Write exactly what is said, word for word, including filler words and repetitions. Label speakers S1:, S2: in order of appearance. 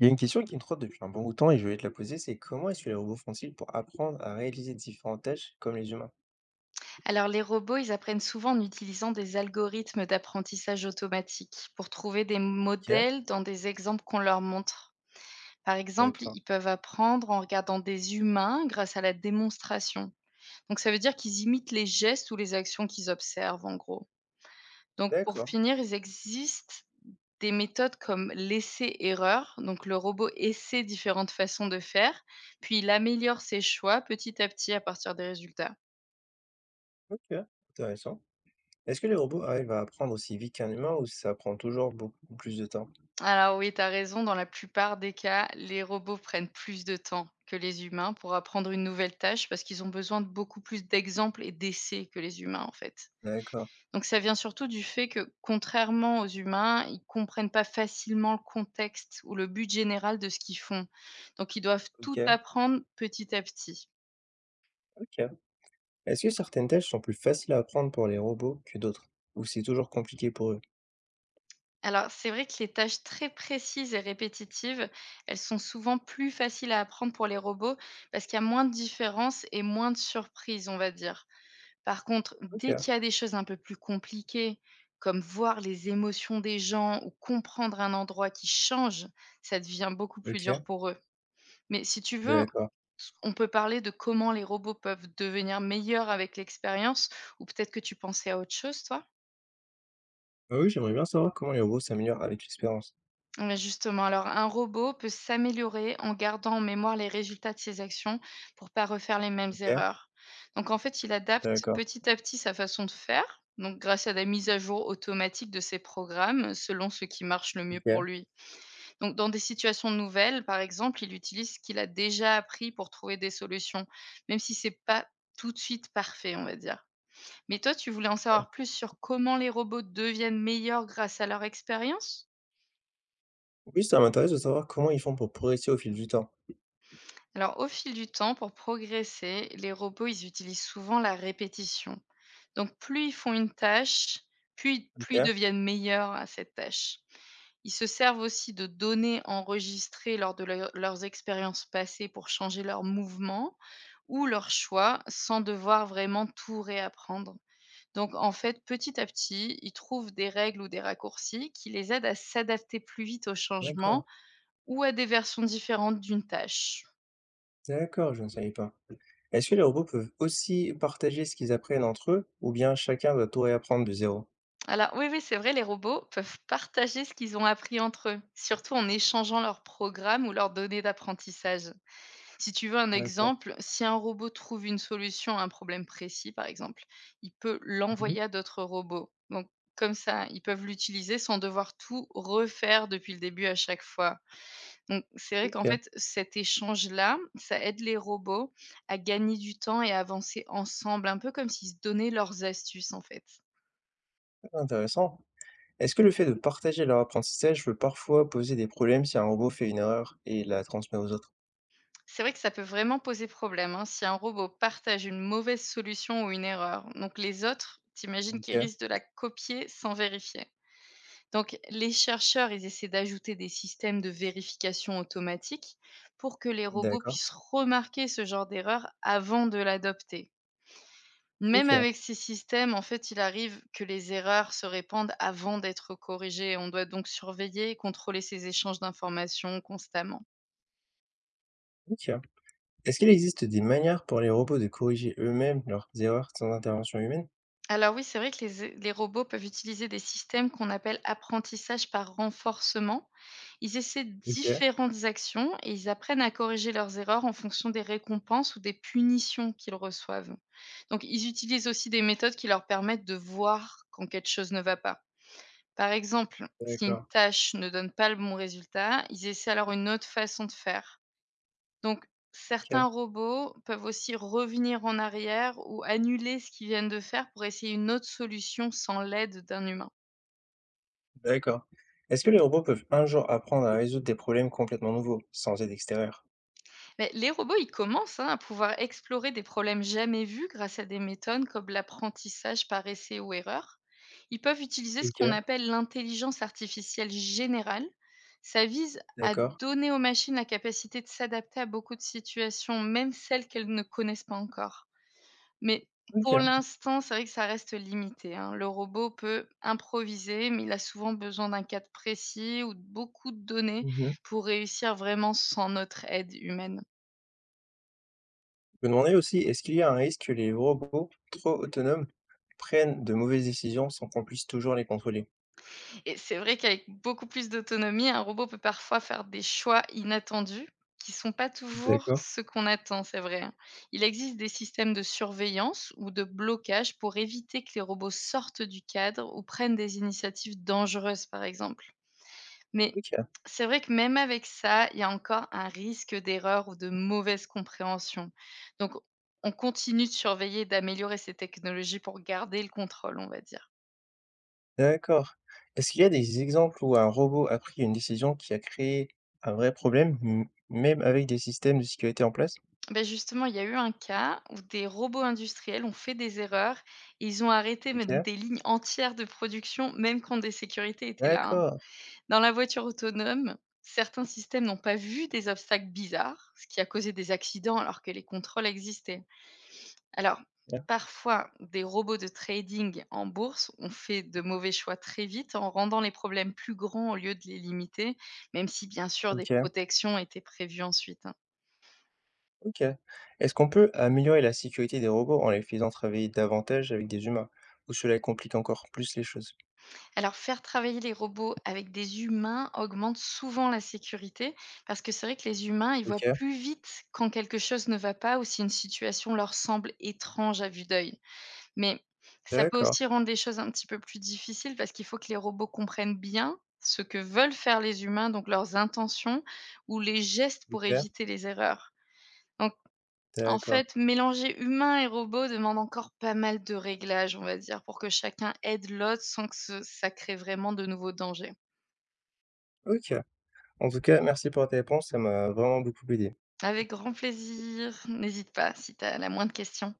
S1: Il y a une question qui me trotte depuis un bon bout de temps et je voulais te la poser, c'est comment est-ce que les robots font-ils pour apprendre à réaliser différentes tâches comme les humains?
S2: Alors, les robots, ils apprennent souvent en utilisant des algorithmes d'apprentissage automatique pour trouver des
S1: OK,
S2: modèles dans des exemples qu'on leur montre. Par exemple,
S1: d'accord,
S2: ils peuvent apprendre en regardant des humains grâce à la démonstration. Donc, ça veut dire qu'ils imitent les gestes ou les actions qu'ils observent, en gros. Donc, pour
S1: d'accord,
S2: finir, il existe des méthodes comme l'essai-erreur. Donc, le robot essaie différentes façons de faire, puis il améliore ses choix petit à petit à partir des résultats.
S1: OK, intéressant. Est-ce que les robots arrivent à apprendre aussi vite qu'un humain ou ça prend toujours beaucoup plus de temps?
S2: Alors oui, tu as raison, dans la plupart des cas, les robots prennent plus de temps que les humains pour apprendre une nouvelle tâche parce qu'ils ont besoin de beaucoup plus d'exemples et d'essais que les humains en fait.
S1: D'accord,
S2: Donc ça vient surtout du fait que, contrairement aux humains, ils comprennent pas facilement le contexte ou le but général de ce qu'ils font. Donc ils doivent tout
S1: OK,
S2: apprendre petit à petit.
S1: OK. Est-ce que certaines tâches sont plus faciles à apprendre pour les robots que d'autres? Ou c'est toujours compliqué pour eux?
S2: Alors c'est vrai que les tâches très précises et répétitives, elles sont souvent plus faciles à apprendre pour les robots parce qu'il y a moins de différences et moins de surprises, on va dire. Par contre,
S1: OK,
S2: dès qu'il y a des choses un peu plus compliquées, comme voir les émotions des gens ou comprendre un endroit qui change, ça devient beaucoup plus dur
S1: OK,
S2: pour eux. Mais si tu veux,
S1: d'accord.
S2: s- on peut parler de comment les robots peuvent devenir meilleurs avec l'expérience, ou peut-être que tu pensais à autre chose, toi?
S1: Ah oui, j'aimerais bien savoir comment les robots s'améliorent avec l'expérience.
S2: Mais justement, alors un robot peut s'améliorer en gardant en mémoire les résultats de ses actions pour pas refaire les mêmes
S1: OK,
S2: erreurs. Donc en fait, il adapte
S1: d'accord,
S2: petit à petit sa façon de faire, donc grâce à des mises à jour automatiques de ses programmes selon ce qui marche le mieux pour
S1: OK.
S2: lui. Donc dans des situations nouvelles, par exemple, il utilise ce qu'il a déjà appris pour trouver des solutions, même si c'est pas tout de suite parfait, on va dire. Mais toi, tu voulais en savoir plus sur comment les robots deviennent meilleurs grâce à leur expérience?
S1: Oui, ça m'intéresse de savoir comment ils font pour progresser au fil du temps.
S2: Alors, au fil du temps, pour progresser, les robots, ils utilisent souvent la répétition. Donc, plus ils font une tâche, plus, plus ils
S1: OK.
S2: deviennent meilleurs à cette tâche. Ils se servent aussi de données enregistrées lors de leur- leurs expériences passées pour changer leurs mouvements ou leurs choix sans devoir vraiment tout réapprendre. Donc en fait, petit à petit, ils trouvent des règles ou des raccourcis qui les aident à s'adapter plus vite aux
S1: D'accord,
S2: changements ou à des versions différentes d'une tâche.
S1: d'accord, je ne savais pas. Est-ce que les robots peuvent aussi partager ce qu'ils apprennent entre eux, ou bien chacun doit tout réapprendre de zéro?
S2: Alors oui, oui, c'est vrai, les robots peuvent partager ce qu'ils ont appris entre eux, surtout en échangeant leurs programmes ou leurs données d'apprentissage. Si tu veux un
S1: D'accord.
S2: exemple, si un robot trouve une solution à un problème précis, par exemple, il peut
S1: Mhm.
S2: l'envoyer à d'autres robots. Donc comme ça, ils peuvent l'utiliser sans devoir tout refaire depuis le début à chaque fois. Donc c'est vrai qu'en
S1: Ok,
S2: fait, cet échange-là, ça aide les robots à gagner du temps et à avancer ensemble, un peu comme s'ils se donnaient leurs astuces en fait.
S1: intéressant. Est-ce que le fait de partager leur apprentissage peut parfois poser des problèmes si un robot fait une erreur et la transmet aux autres?
S2: C'est vrai que ça peut vraiment poser problème, hein, si un robot partage une mauvaise solution ou une erreur. Donc les autres, t'imagines qu'ils
S1: Ok,
S2: risquent de la copier sans vérifier. Donc les chercheurs, ils essaient d'ajouter des systèmes de vérification automatique pour que les robots
S1: d'accord.
S2: puissent remarquer ce genre d'erreur avant de l'adopter. Même
S1: Ok,
S2: avec ces systèmes, en fait, il arrive que les erreurs se répandent avant d'être corrigées. On doit donc surveiller et contrôler ces échanges d'informations constamment.
S1: ok. Est-ce qu'il existe des manières pour les robots de corriger eux-mêmes leurs erreurs sans intervention humaine?
S2: Alors oui, c'est vrai que les, les robots peuvent utiliser des systèmes qu'on appelle apprentissage par renforcement. Ils essaient
S1: Ok,
S2: différentes actions et ils apprennent à corriger leurs erreurs en fonction des récompenses ou des punitions qu'ils reçoivent. Donc ils utilisent aussi des méthodes qui leur permettent de voir quand quelque chose ne va pas. Par exemple, si une
S1: d'accord.
S2: tâche ne donne pas le bon résultat, ils essaient alors une autre façon de faire. Donc,
S1: Ok,
S2: certains robots peuvent aussi revenir en arrière ou annuler ce qu'ils viennent de faire pour essayer une autre solution sans l'aide d'un humain.
S1: d'accord. Est-ce que les robots peuvent un jour apprendre à résoudre des problèmes complètement nouveaux, sans aide extérieure?
S2: Mais les robots, ils commencent, hein, à pouvoir explorer des problèmes jamais vus grâce à des méthodes comme l'apprentissage par essai ou erreur. Ils peuvent utiliser ce qu'on
S1: Ok.
S2: appelle l'intelligence artificielle générale. Ça vise à
S1: D'accord,
S2: donner aux machines la capacité de s'adapter à beaucoup de situations, même celles qu'elles ne connaissent pas encore. Mais pour
S1: OK.
S2: l'instant, c'est vrai que ça reste limité, hein. Le robot peut improviser, mais il a souvent besoin d'un cadre précis ou de beaucoup de données
S1: Mmh.
S2: pour réussir vraiment sans notre aide humaine.
S1: Je me demandais aussi, est-ce qu'il y a un risque que les robots trop autonomes prennent de mauvaises décisions sans qu'on puisse toujours les contrôler?
S2: Et c'est vrai qu'avec beaucoup plus d'autonomie, un robot peut parfois faire des choix inattendus qui sont pas toujours
S1: D'accord.
S2: ce qu'on attend, c'est vrai, hein. Il existe des systèmes de surveillance ou de blocage pour éviter que les robots sortent du cadre ou prennent des initiatives dangereuses, par exemple. Mais
S1: OK,
S2: c'est vrai que même avec ça, il y a encore un risque d'erreur ou de mauvaise compréhension. Donc, on continue de surveiller et d'améliorer ces technologies pour garder le contrôle, on va dire.
S1: d'accord. Est-ce qu'il y a des exemples où un robot a pris une décision qui a créé un vrai problème, m même avec des systèmes de sécurité en place?
S2: Ben justement, il y a eu un cas où des robots industriels ont fait des erreurs et ils ont arrêté mais donc
S1: OK,
S2: des lignes entières de production, même quand des sécurités étaient là, hein.
S1: d'accord.
S2: Dans la voiture autonome, certains systèmes n'ont pas vu des obstacles bizarres, ce qui a causé des accidents alors que les contrôles existaient. Alors,
S1: OK,
S2: parfois, des robots de trading en bourse ont fait de mauvais choix très vite en rendant les problèmes plus grands au lieu de les limiter, même si bien sûr des
S1: OK.
S2: protections étaient prévues ensuite, hein.
S1: Ok. Est-ce qu'on peut améliorer la sécurité des robots en les faisant travailler davantage avec des humains ou cela complique encore plus les choses?
S2: Alors, faire travailler les robots avec des humains augmente souvent la sécurité parce que c'est vrai que les humains, ils voient
S1: OK,
S2: plus vite quand quelque chose ne va pas ou si une situation leur semble étrange à vue d'œil. Mais ça peut
S1: d'accord,
S2: aussi rendre les choses un petit peu plus difficiles parce qu'il faut que les robots comprennent bien ce que veulent faire les humains, donc leurs intentions ou les gestes pour
S1: OK,
S2: éviter les erreurs. Donc en
S1: d'accord.
S2: fait, mélanger humains et robots demande encore pas mal de réglages, on va dire, pour que chacun aide l'autre sans que ce ça crée vraiment de nouveaux dangers.
S1: OK. En tout cas, merci pour tes réponses, ça m'a vraiment beaucoup aidé.
S2: Avec grand plaisir, n'hésite pas si tu as la moindre question.